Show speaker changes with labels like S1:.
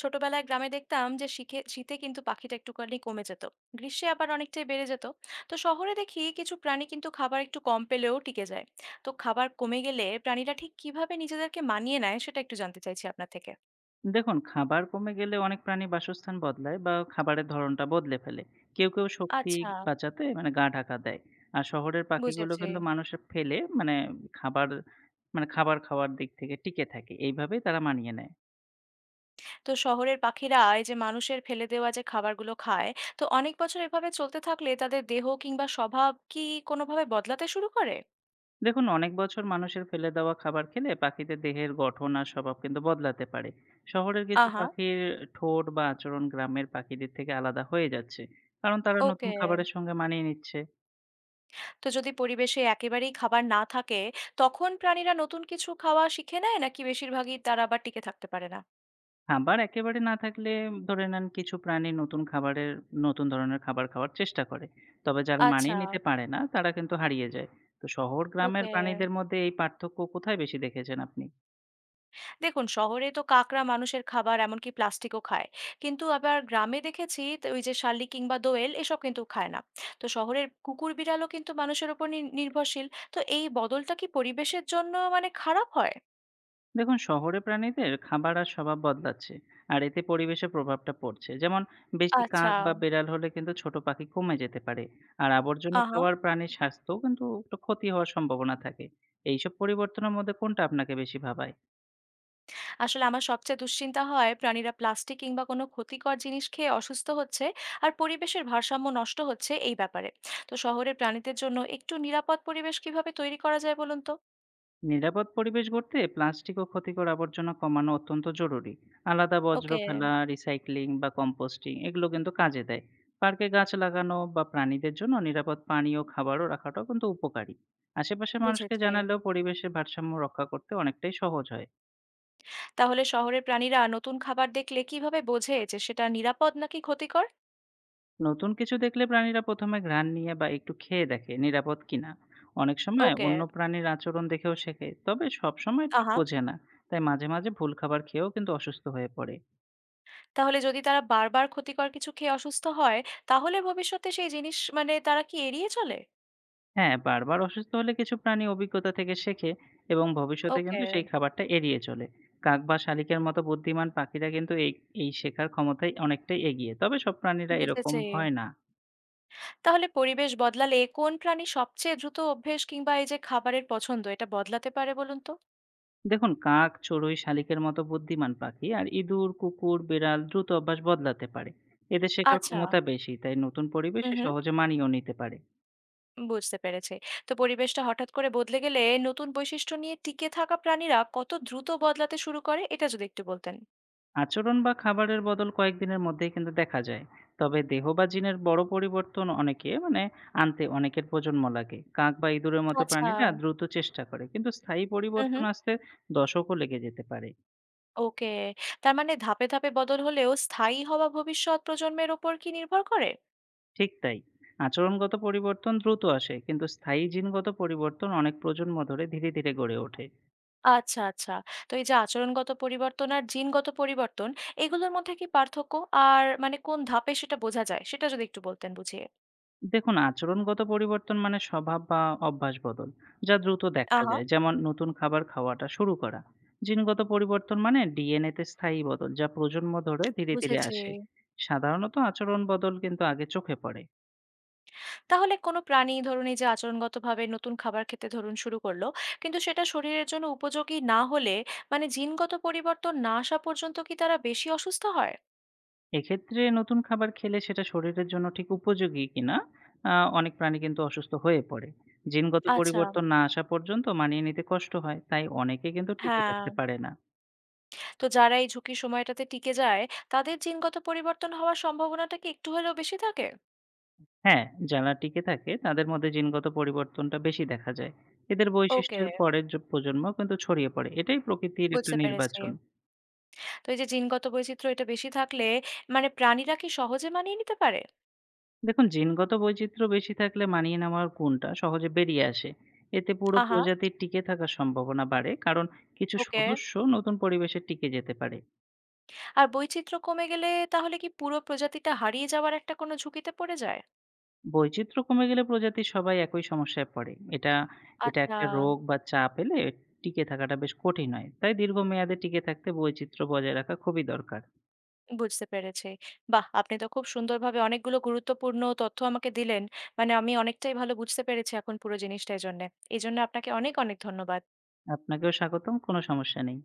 S1: ছোটবেলায় গ্রামে দেখতাম যে শীতে শীতে কিন্তু পাখিটা একটুখানি কমে যেত। গ্রীষ্মে আবার অনেকটাই বেড়ে যেত। তো শহরে দেখি কিছু প্রাণী কিন্তু খাবার একটু কম পেলেও টিকে যায়। তো খাবার কমে গেলে প্রাণীরা ঠিক কিভাবে নিজেদেরকে মানিয়ে নেয় সেটা একটু জানতে চাইছি আপনার থেকে।
S2: দেখুন, খাবার কমে গেলে অনেক প্রাণী বাসস্থান বদলায় বা খাবারের ধরনটা বদলে ফেলে। কেউ শক্তি
S1: আচ্ছা।
S2: বাঁচাতে গা ঢাকা দেয়। আর শহরের পাখিগুলো
S1: বুঝেছি।
S2: কিন্তু মানুষে ফেলে মানে খাবার মানে খাবার খাওয়ার দিক থেকে টিকে থাকে। এইভাবেই তারা মানিয়ে নেয়।
S1: তো শহরের পাখিরা এই যে মানুষের ফেলে দেওয়া যে খাবারগুলো খায়, তো অনেক বছর এভাবে চলতে থাকলে তাদের দেহ কিংবা স্বভাব কি কোনোভাবে বদলাতে শুরু করে?
S2: দেখুন, অনেক বছর মানুষের ফেলে দেওয়া খাবার খেলে পাখিদের দেহের গঠন আর স্বভাব কিন্তু বদলাতে পারে। শহরের কিছু
S1: আহা।
S2: পাখির ঠোঁট বা আচরণ গ্রামের পাখিদের থেকে আলাদা হয়ে যাচ্ছে। কারণ তারা নতুন
S1: ওকে।
S2: খাবারের সঙ্গে মানিয়ে নিচ্ছে।
S1: তো যদি পরিবেশে একেবারেই খাবার না থাকে, তখন প্রাণীরা নতুন কিছু খাওয়া শিখে নেয় নাকি বেশিরভাগই তারা আবার টিকে থাকতে পারে না?
S2: খাবার একেবারে না থাকলে ধরে নেন কিছু প্রাণী নতুন ধরনের খাবার খাওয়ার চেষ্টা করে। তবে যারা
S1: আচ্ছা।
S2: মানিয়ে নিতে পারে না তারা কিন্তু হারিয়ে যায়। তো শহর গ্রামের
S1: ওকে।
S2: প্রাণীদের মধ্যে এই পার্থক্য কোথায় বেশি দেখেছেন আপনি?
S1: দেখুন শহরে তো কাকড়া মানুষের খাবার এমনকি প্লাস্টিকও খায়, কিন্তু আবার গ্রামে দেখেছি তো ওই যে শালিক কিংবা দোয়েল এসব কিন্তু খায় না। তো শহরের কুকুর বিড়ালও কিন্তু মানুষের উপর নির্ভরশীল। তো এই বদলটা কি পরিবেশের জন্য মানে খারাপ হয়?
S2: দেখুন, শহরে প্রাণীদের খাবার আর স্বভাব বদলাচ্ছে। আর এতে পরিবেশের প্রভাবটা পড়ছে। যেমন বেশি
S1: আচ্ছা।
S2: কাক বা বেড়াল হলে কিন্তু ছোট পাখি কমে যেতে পারে। আর আবর্জনা
S1: আহা।
S2: খাওয়ার প্রাণীর স্বাস্থ্যও কিন্তু একটু ক্ষতি হওয়ার সম্ভাবনা থাকে। এইসব পরিবর্তনের মধ্যে কোনটা আপনাকে বেশি ভাবায়?
S1: আসলে আমার সবচেয়ে দুশ্চিন্তা হয় প্রাণীরা প্লাস্টিক কিংবা কোনো ক্ষতিকর জিনিস খেয়ে অসুস্থ হচ্ছে আর পরিবেশের ভারসাম্য নষ্ট হচ্ছে এই ব্যাপারে। তো শহরের প্রাণীদের জন্য একটু নিরাপদ পরিবেশ কিভাবে তৈরি করা যায় বলুন তো।
S2: নিরাপদ পরিবেশ গড়তে প্লাস্টিক ও ক্ষতিকর আবর্জনা কমানো অত্যন্ত জরুরি। আলাদা বর্জ্য
S1: ওকে।
S2: ফেলা, রিসাইক্লিং বা কম্পোস্টিং এগুলো কিন্তু কাজে দেয়। পার্কে গাছ লাগানো বা প্রাণীদের জন্য নিরাপদ পানি ও খাবারও রাখাটাও কিন্তু উপকারী। আশেপাশে মানুষকে
S1: বুঝেছি।
S2: জানালেও পরিবেশের ভারসাম্য রক্ষা করতে অনেকটাই সহজ হয়।
S1: তাহলে শহরের প্রাণীরা নতুন খাবার দেখলে কিভাবে বোঝে যে সেটা নিরাপদ নাকি ক্ষতিকর?
S2: নতুন কিছু দেখলে প্রাণীরা প্রথমে ঘ্রাণ নিয়ে বা একটু খেয়ে দেখে নিরাপদ কিনা। অনেক সময়
S1: ওকে।
S2: অন্য প্রাণীর আচরণ দেখেও শেখে, তবে সব সময় ঠিক
S1: আহা।
S2: বোঝে না। তাই মাঝে মাঝে ভুল খাবার খেয়েও কিন্তু অসুস্থ হয়ে পড়ে।
S1: তাহলে যদি তারা বারবার ক্ষতিকর কিছু খেয়ে অসুস্থ হয়, তাহলে ভবিষ্যতে সেই জিনিস মানে তারা কি এড়িয়ে চলে?
S2: হ্যাঁ, বারবার অসুস্থ হলে কিছু প্রাণী অভিজ্ঞতা থেকে শেখে এবং ভবিষ্যতে
S1: ওকে।
S2: কিন্তু সেই খাবারটা এড়িয়ে চলে। কাক বা শালিকের মতো বুদ্ধিমান পাখিরা কিন্তু এই এই শেখার ক্ষমতায় অনেকটাই এগিয়ে। তবে সব প্রাণীরা এরকম
S1: বুঝেছি।
S2: হয় না।
S1: তাহলে পরিবেশ বদলালে কোন প্রাণী সবচেয়ে দ্রুত অভ্যেস কিংবা এই যে খাবারের পছন্দ এটা বদলাতে পারে বলুন তো।
S2: দেখুন, কাক, চড়ুই, শালিকের মতো বুদ্ধিমান পাখি আর ইঁদুর, কুকুর, বিড়াল দ্রুত অভ্যাস বদলাতে পারে। এদের শেখার
S1: আচ্ছা।
S2: ক্ষমতা বেশি, তাই নতুন
S1: হুম
S2: পরিবেশে
S1: হুম।
S2: সহজে মানিয়েও নিতে পারে।
S1: বুঝতে পেরেছি। তো পরিবেশটা হঠাৎ করে বদলে গেলে নতুন বৈশিষ্ট্য নিয়ে টিকে থাকা প্রাণীরা কত দ্রুত বদলাতে শুরু করে এটা যদি একটু বলতেন।
S2: আচরণ বা খাবারের বদল কয়েকদিনের মধ্যেই কিন্তু দেখা যায়। তবে দেহ বা জিনের বড় পরিবর্তন অনেকে মানে আনতে অনেকের প্রজন্ম লাগে। কাক বা ইঁদুরের মতো
S1: আচ্ছা।
S2: প্রাণীরা দ্রুত চেষ্টা করে। কিন্তু স্থায়ী
S1: হুম
S2: পরিবর্তন
S1: হুম।
S2: আসতে দশকও লেগে যেতে পারে।
S1: ওকে। তার মানে ধাপে ধাপে বদল হলেও স্থায়ী হওয়া ভবিষ্যৎ প্রজন্মের ওপর কি নির্ভর করে?
S2: ঠিক তাই। আচরণগত পরিবর্তন দ্রুত আসে, কিন্তু স্থায়ী জিনগত পরিবর্তন অনেক প্রজন্ম ধরে ধীরে, ধীরে গড়ে ওঠে।
S1: আচ্ছা, আচ্ছা। তো এই যে আচরণগত পরিবর্তন আর জিনগত পরিবর্তন, এগুলোর মধ্যে কি পার্থক্য? আর মানে কোন ধাপে সেটা বোঝা যায়? সেটা যদি একটু বলতেন বুঝিয়ে।
S2: দেখুন, আচরণগত পরিবর্তন মানে স্বভাব বা অভ্যাস বদল, যা দ্রুত দেখা
S1: আহা!
S2: যায়। যেমন নতুন খাবার খাওয়াটা শুরু করা। জিনগত পরিবর্তন মানে ডিএনএ তে স্থায়ী বদল, যা প্রজন্ম ধরে ধীরে ধীরে
S1: বুঝেছি।
S2: আসে। সাধারণত আচরণ বদল কিন্তু আগে চোখে পড়ে।
S1: তাহলে কোনো প্রাণী ধরুন এই যে আচরণগতভাবে নতুন খাবার খেতে ধরুন শুরু করল। কিন্তু সেটা শরীরের জন্য উপযোগী না হলে মানে জিনগত পরিবর্তন না আসা পর্যন্ত কি তারা বেশি অসুস্থ হয়?
S2: এক্ষেত্রে নতুন খাবার খেলে সেটা শরীরের জন্য ঠিক উপযোগী কিনা, অনেক প্রাণী কিন্তু অসুস্থ হয়ে পড়ে। জিনগত
S1: আচ্ছা,
S2: পরিবর্তন না আসা পর্যন্ত মানিয়ে নিতে কষ্ট হয়, তাই অনেকে কিন্তু টিকে
S1: হ্যাঁ।
S2: থাকতে পারে না।
S1: তো যারা এই ঝুঁকির সময়টাতে টিকে যায়, তাদের জিনগত পরিবর্তন হওয়ার সম্ভাবনাটা কি একটু হলেও বেশি থাকে?
S2: হ্যাঁ, যারা টিকে থাকে তাদের মধ্যে জিনগত পরিবর্তনটা বেশি দেখা যায়। এদের
S1: ওকে,
S2: বৈশিষ্ট্যের পরের প্রজন্ম কিন্তু ছড়িয়ে পড়ে। এটাই প্রকৃতির একটা
S1: বুঝতে পেরেছি।
S2: নির্বাচন।
S1: তো এই যে জিনগত বৈচিত্র্য এটা বেশি থাকলে মানে প্রাণীরা কি সহজে মানিয়ে নিতে পারে?
S2: দেখুন, জিনগত বৈচিত্র্য বেশি থাকলে মানিয়ে নেওয়ার গুণটা সহজে বেরিয়ে আসে। এতে পুরো
S1: আহা!
S2: প্রজাতির টিকে থাকার সম্ভাবনা বাড়ে, কারণ কিছু
S1: ওকে।
S2: সদস্য নতুন পরিবেশে টিকে যেতে পারে।
S1: আর বৈচিত্র্য কমে গেলে তাহলে কি পুরো প্রজাতিটা হারিয়ে যাওয়ার একটা কোনো ঝুঁকিতে পড়ে যায়?
S2: বৈচিত্র্য কমে গেলে প্রজাতির সবাই একই সমস্যায় পড়ে। এটা এটা
S1: আচ্ছা,
S2: একটা রোগ বা চাপ এলে টিকে থাকাটা বেশ কঠিন হয়। তাই দীর্ঘমেয়াদে টিকে থাকতে বৈচিত্র্য বজায় রাখা খুবই দরকার।
S1: বুঝতে পেরেছি। বাহ! আপনি তো খুব সুন্দরভাবে অনেকগুলো গুরুত্বপূর্ণ তথ্য আমাকে দিলেন। মানে আমি অনেকটাই ভালো বুঝতে পেরেছি এখন পুরো জিনিসটা এজন্যে। এজন্য আপনাকে অনেক, অনেক ধন্যবাদ।
S2: আপনাকেও স্বাগতম। কোনো সমস্যা নেই।